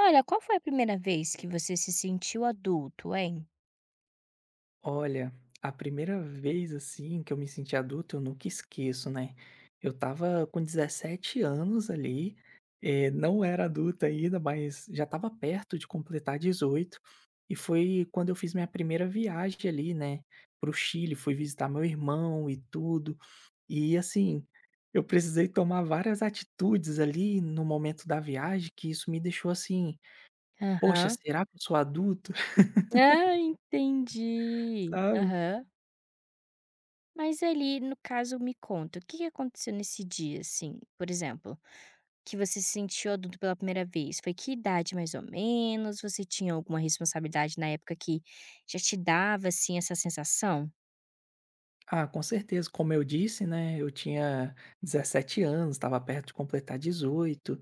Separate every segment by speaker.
Speaker 1: Olha, qual foi a primeira vez que você se sentiu adulto, hein?
Speaker 2: Olha, a primeira vez assim que eu me senti adulto, eu nunca esqueço, né? Eu tava com 17 anos ali, não era adulto ainda, mas já tava perto de completar 18, e foi quando eu fiz minha primeira viagem ali, né, pro Chile, fui visitar meu irmão e tudo. E assim, eu precisei tomar várias atitudes ali no momento da viagem, que isso me deixou assim, poxa,
Speaker 1: Aham.
Speaker 2: será que eu sou adulto?
Speaker 1: Ah, entendi. Aham. Mas ali, no caso, me conta, o que que aconteceu nesse dia, assim, por exemplo, que você se sentiu adulto pela primeira vez? Foi que idade, mais ou menos? Você tinha alguma responsabilidade na época que já te dava, assim, essa sensação?
Speaker 2: Ah, com certeza. Como eu disse, né, eu tinha 17 anos, estava perto de completar 18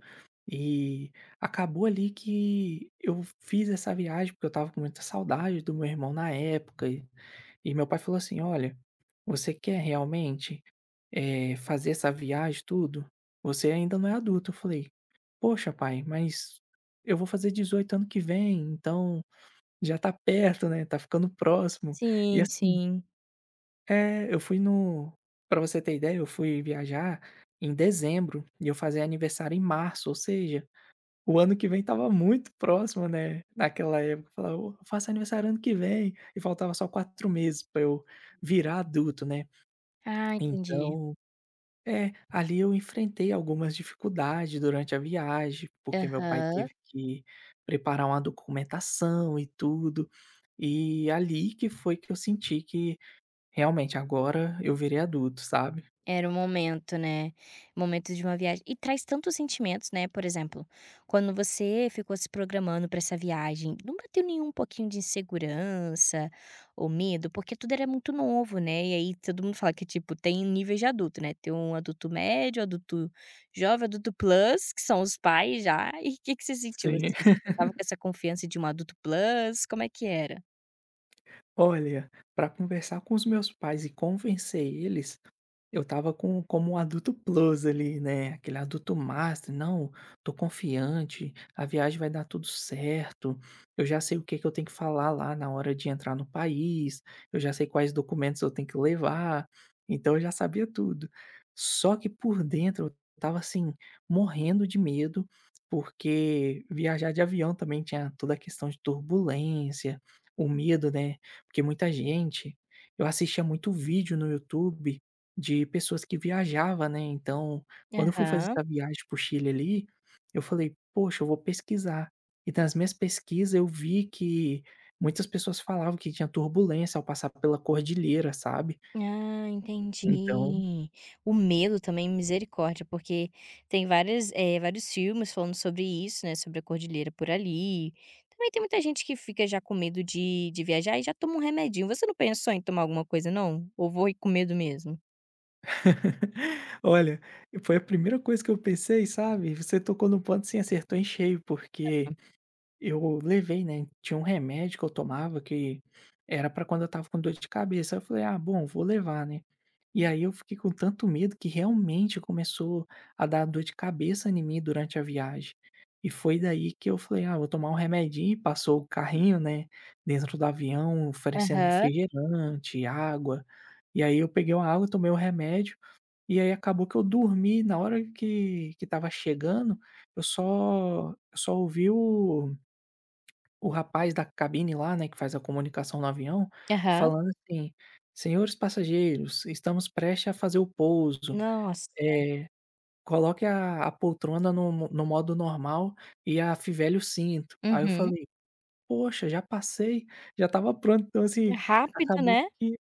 Speaker 2: e acabou ali que eu fiz essa viagem, porque eu estava com muita saudade do meu irmão na época. E meu pai falou assim: Olha, você quer realmente fazer essa viagem, tudo? Você ainda não é adulto. Eu falei: Poxa, pai, mas eu vou fazer 18 ano que vem, então já tá perto, né? Tá ficando próximo. E
Speaker 1: Sim,
Speaker 2: assim,
Speaker 1: sim.
Speaker 2: é, eu fui no pra você ter ideia, eu fui viajar em dezembro e eu fazia aniversário em março, ou seja, o ano que vem estava muito próximo, né, naquela época, eu falava: "Oh, eu faço aniversário ano que vem", e faltava só 4 meses pra eu virar adulto, né.
Speaker 1: Ah, entendi.
Speaker 2: Então é, ali eu enfrentei algumas dificuldades durante a viagem, porque meu pai
Speaker 1: Aham.
Speaker 2: teve que preparar uma documentação e tudo, e é ali que foi que eu senti que realmente, agora eu virei adulto, sabe.
Speaker 1: Era o momento, né, momento de uma viagem e traz tantos sentimentos, né, por exemplo, quando você ficou se programando para essa viagem, não bateu nenhum pouquinho de insegurança ou medo? Porque tudo era muito novo, né, e aí todo mundo fala que, tipo, tem níveis de adulto, né, tem um adulto médio, adulto jovem, adulto plus, que são os pais já, e o que que você sentiu, assim?
Speaker 2: Sim.
Speaker 1: Você estava com essa confiança de um adulto plus, como é que era?
Speaker 2: Olha, para conversar com os meus pais e convencer eles, eu tava com como um adulto plus ali, né, aquele adulto master: "Não, tô confiante, a viagem vai dar tudo certo, eu já sei o que que eu tenho que falar lá na hora de entrar no país, eu já sei quais documentos eu tenho que levar", então eu já sabia tudo. Só que por dentro eu tava assim, morrendo de medo, porque viajar de avião também tinha toda a questão de turbulência, o medo, né, porque muita gente eu assistia muito vídeo no YouTube de pessoas que viajava, né, então, quando eu fui fazer
Speaker 1: Aham.
Speaker 2: essa viagem para o Chile ali, eu falei: "Poxa, eu vou pesquisar". E nas minhas pesquisas eu vi que muitas pessoas falavam que tinha turbulência ao passar pela cordilheira, sabe.
Speaker 1: Ah,
Speaker 2: Então,
Speaker 1: entendi. O medo também, misericórdia, porque tem várias, vários filmes falando sobre isso, né, sobre a cordilheira por ali. Também tem muita gente que fica já com medo de viajar e já toma um remedinho. Você não pensou em tomar alguma coisa não? Ou foi com medo mesmo?
Speaker 2: olha, foi a primeira coisa que eu pensei, sabe, você tocou no ponto, sim, acertou em cheio, porque eu levei, né, tinha um remédio que eu tomava que era pra quando eu estava com dor de cabeça, eu falei: "Ah, bom, vou levar, né". E aí eu fiquei com tanto medo que realmente começou a dar dor de cabeça em mim durante a viagem. E foi daí que eu falei: "Ah, vou tomar um remedinho", e passou o carrinho, né, dentro do avião oferecendo
Speaker 1: Aham,
Speaker 2: refrigerante, água, e aí eu peguei uma água, tomei o remédio, e aí acabou que eu dormi, na hora que estava chegando, eu só ouvi o rapaz da cabine lá, né, que faz a comunicação no avião,
Speaker 1: aham.
Speaker 2: falando assim: "Senhores passageiros, estamos prestes a fazer o pouso,
Speaker 1: Nossa.
Speaker 2: eh, coloque a poltrona no modo normal e afivele o cinto". Aí eu
Speaker 1: Uhum.
Speaker 2: falei: "Poxa, já passei, já estava pronto". Então, assim,
Speaker 1: Rápido,
Speaker 2: acabou
Speaker 1: né?
Speaker 2: que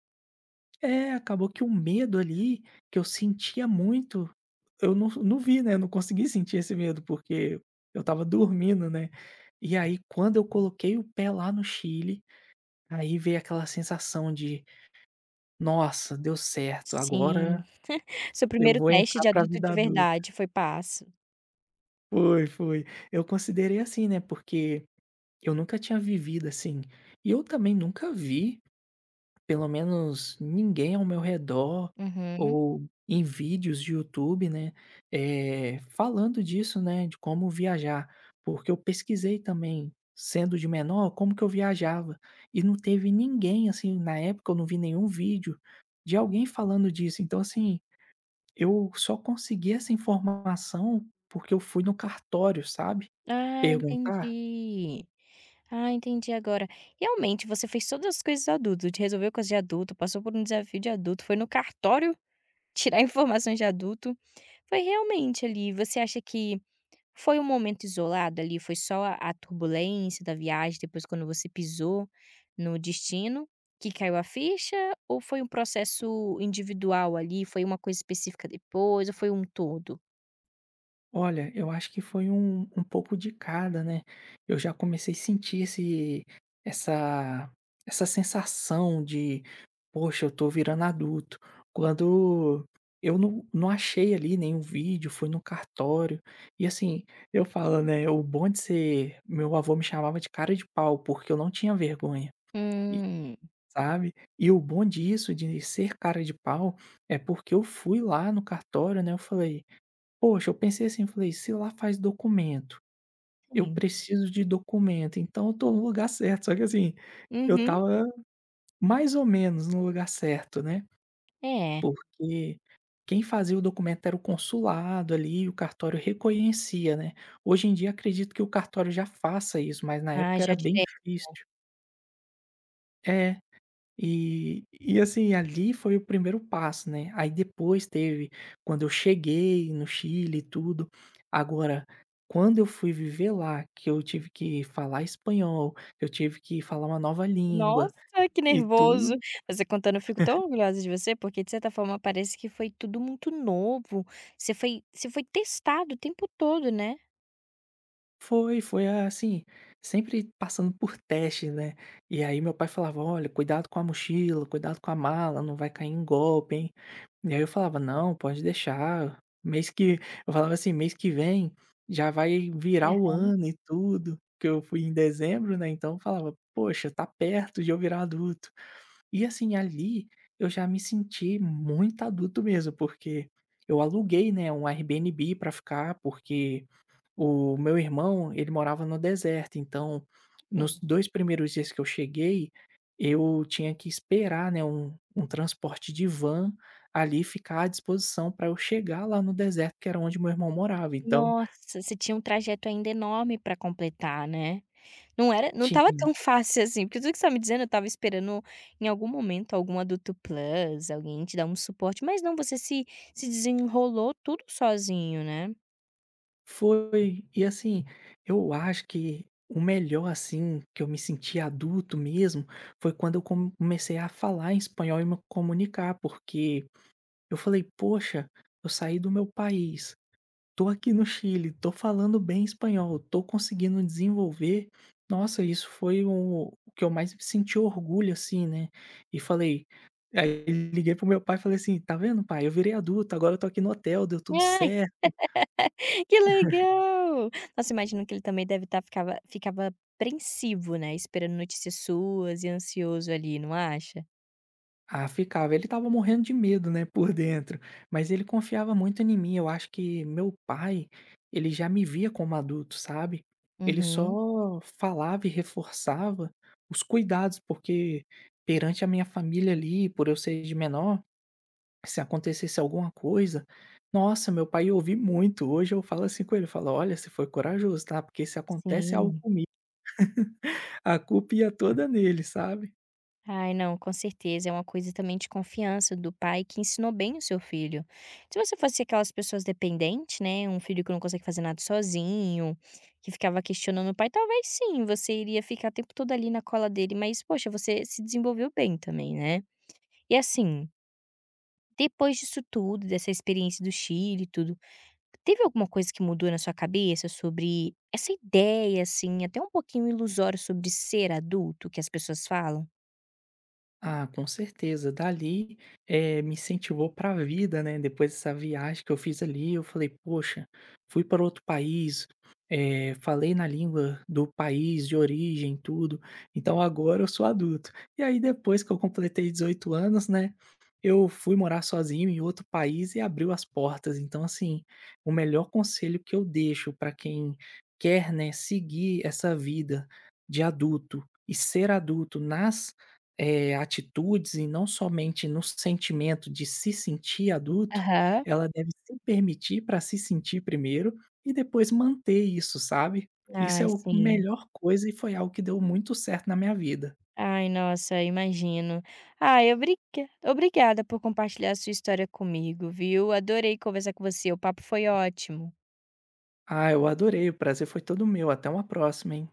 Speaker 2: acabou que o medo ali, que eu sentia muito, eu não vi, né. Eu não consegui sentir esse medo, porque eu estava dormindo, né. E aí, quando eu coloquei o pé lá no Chile, aí veio aquela sensação de: "Nossa, deu certo, agora
Speaker 1: Sim. Seu
Speaker 2: eu
Speaker 1: primeiro
Speaker 2: vou
Speaker 1: teste
Speaker 2: entrar
Speaker 1: de
Speaker 2: para a
Speaker 1: adulto
Speaker 2: vida
Speaker 1: de
Speaker 2: adulta".
Speaker 1: verdade foi passo.
Speaker 2: Foi, foi. Eu considerei assim, né, porque eu nunca tinha vivido assim, e eu também nunca vi, pelo menos ninguém ao meu redor
Speaker 1: Uhum.
Speaker 2: ou em vídeos de YouTube, né, falando disso, né, de como viajar, porque eu pesquisei também, sendo de menor, como que eu viajava e não teve ninguém, assim, na época eu não vi nenhum vídeo de alguém falando disso. Então, assim, eu só consegui essa informação porque eu fui no cartório, sabe,
Speaker 1: Ah,
Speaker 2: perguntar.
Speaker 1: entendi. Ah, entendi agora. Realmente, você fez todas as coisas de adulto, te resolveu coisas de adulto, passou por um desafio de adulto, foi no cartório tirar informações de adulto. Foi realmente ali. Você acha que foi um momento isolado ali? Foi só a turbulência da viagem, depois quando você pisou no destino, que caiu a ficha? Ou foi um processo individual ali? Foi uma coisa específica depois? Ou foi um todo?
Speaker 2: Olha, eu acho que foi um pouco de cada, né? Eu já comecei a sentir essa, essa sensação de, poxa, eu tô virando adulto. Quando eu não achei ali nenhum vídeo, foi no cartório. E assim, eu falo, né? O bom de ser. Meu avô me chamava de cara de pau, porque eu não tinha vergonha. e-
Speaker 1: Hum,
Speaker 2: Sabe? E o bom disso, de ser cara de pau, é porque eu fui lá no cartório, né? Eu falei, poxa, eu pensei assim, eu falei: "Se lá faz documento, eu
Speaker 1: sim.
Speaker 2: preciso de documento, então eu tô no lugar certo". Só que assim, eu
Speaker 1: Uhum.
Speaker 2: estava mais ou menos no lugar certo, né,
Speaker 1: É.
Speaker 2: porque quem fazia o documento era o consulado ali, e o cartório reconhecia, né. Hoje em dia acredito que o cartório já faça isso, mas na
Speaker 1: Ah,
Speaker 2: época era
Speaker 1: já
Speaker 2: bem
Speaker 1: direto.
Speaker 2: difícil. É. E assim, ali foi o primeiro passo, né, aí depois teve quando eu cheguei no Chile e tudo. Agora, quando eu fui viver lá, que eu tive que falar espanhol, eu tive que falar uma nova língua
Speaker 1: Nossa, que
Speaker 2: e
Speaker 1: nervoso.
Speaker 2: tudo.
Speaker 1: Você contando, eu fico tão orgulhosa de você, porque de certa forma parece que foi tudo muito novo. Você foi testado o tempo todo, né?
Speaker 2: Foi, foi, assim, sempre passando por testes, né. E aí meu pai falava: "Olha, cuidado com a mochila, cuidado com a mala, não vai cair em golpe, hein". E aí eu falava: "Não, pode deixar, mês que" eu falava assim: "Mês que vem já vai virar o ano e tudo", que eu fui em dezembro, né, então eu falava: "Poxa, tá perto de eu virar adulto". E assim, ali eu já me senti muito adulto mesmo, porque eu aluguei, né, um Airbnb pra ficar, porque o meu irmão, ele morava no deserto, então, nos
Speaker 1: Uhum.
Speaker 2: 2 primeiros dias que eu cheguei, eu tinha que esperar, né, um transporte de van, ali, ficar à disposição para eu chegar lá no deserto, que era onde meu irmão morava, então
Speaker 1: Nossa, você tinha um trajeto ainda enorme para completar, né? Não estava
Speaker 2: tinha.
Speaker 1: tão fácil assim, porque tudo que você está me dizendo, eu estava esperando em algum momento algum adulto plus, alguém te dar um suporte, mas não, você se desenrolou tudo sozinho, né?
Speaker 2: Foi. E assim, eu acho que o melhor, assim, que eu me senti adulto mesmo, foi quando eu comecei a falar em espanhol e me comunicar, porque eu falei: "Poxa, eu saí do meu país, tô aqui no Chile, tô falando bem espanhol, tô conseguindo desenvolver. Nossa, isso foi o que eu mais senti orgulho, assim, né. E falei, aí liguei pro meu pai e falei assim: "Tá vendo pai, eu virei adulto, agora eu tô aqui no hotel, deu tudo
Speaker 1: Ai.
Speaker 2: certo".
Speaker 1: Que legal! Nossa, imagino que ele também deve estar ficava apreensivo, né, esperando notícias suas e ansioso ali, não acha?
Speaker 2: Ah, ficava. Ele estava morrendo de medo, né, por dentro, mas ele confiava muito em mim. Eu acho que meu pai, ele já me via como adulto, sabe. Ele
Speaker 1: Uhum,
Speaker 2: só falava e reforçava os cuidados, porque perante a minha família ali, por eu ser de menor, se acontecesse alguma coisa, nossa, meu pai ia ouvir muito. Hoje eu falo assim com ele, eu falo: "Olha, você foi corajoso, tá, porque se acontece algo
Speaker 1: sim.
Speaker 2: comigo, a culpa ia toda nele", sabe.
Speaker 1: Ai, não, com certeza, é uma coisa também de confiança do pai que ensinou bem o seu filho. Se você fosse aquelas pessoas dependentes, né, um filho que não consegue fazer nada sozinho, que ficava questionando o pai, talvez sim, você iria ficar o tempo todo ali na cola dele, mas, poxa, você se desenvolveu bem também, né. E assim, depois disso tudo, dessa experiência do Chile e tudo, teve alguma coisa que mudou na sua cabeça sobre essa ideia, assim, até um pouquinho ilusória sobre ser adulto que as pessoas falam?
Speaker 2: Ah, com certeza. Dali, me incentivou para a vida, né. Depois dessa viagem que eu fiz ali, eu falei: "Poxa, fui para outro país, falei na língua do país de origem, tudo, então agora eu sou adulto". E aí depois que eu completei 18 anos, né, eu fui morar sozinho em outro país e abriu as portas. Então, assim, o melhor conselho que eu deixo para quem quer, né, seguir essa vida de adulto e ser adulto nas atitudes e não somente no sentimento de se sentir adulto,
Speaker 1: Aham.
Speaker 2: ela deve se permitir para se sentir primeiro e depois manter isso, sabe. Isso é
Speaker 1: Ai,
Speaker 2: a
Speaker 1: sim.
Speaker 2: melhor coisa e foi algo que deu muito certo na minha vida.
Speaker 1: Ai, nossa, imagino. Ai, obrigada por compartilhar a sua história comigo, viu? Adorei conversar com você, o papo foi ótimo.
Speaker 2: Ah, eu adorei, o prazer foi todo meu, até uma próxima, hein.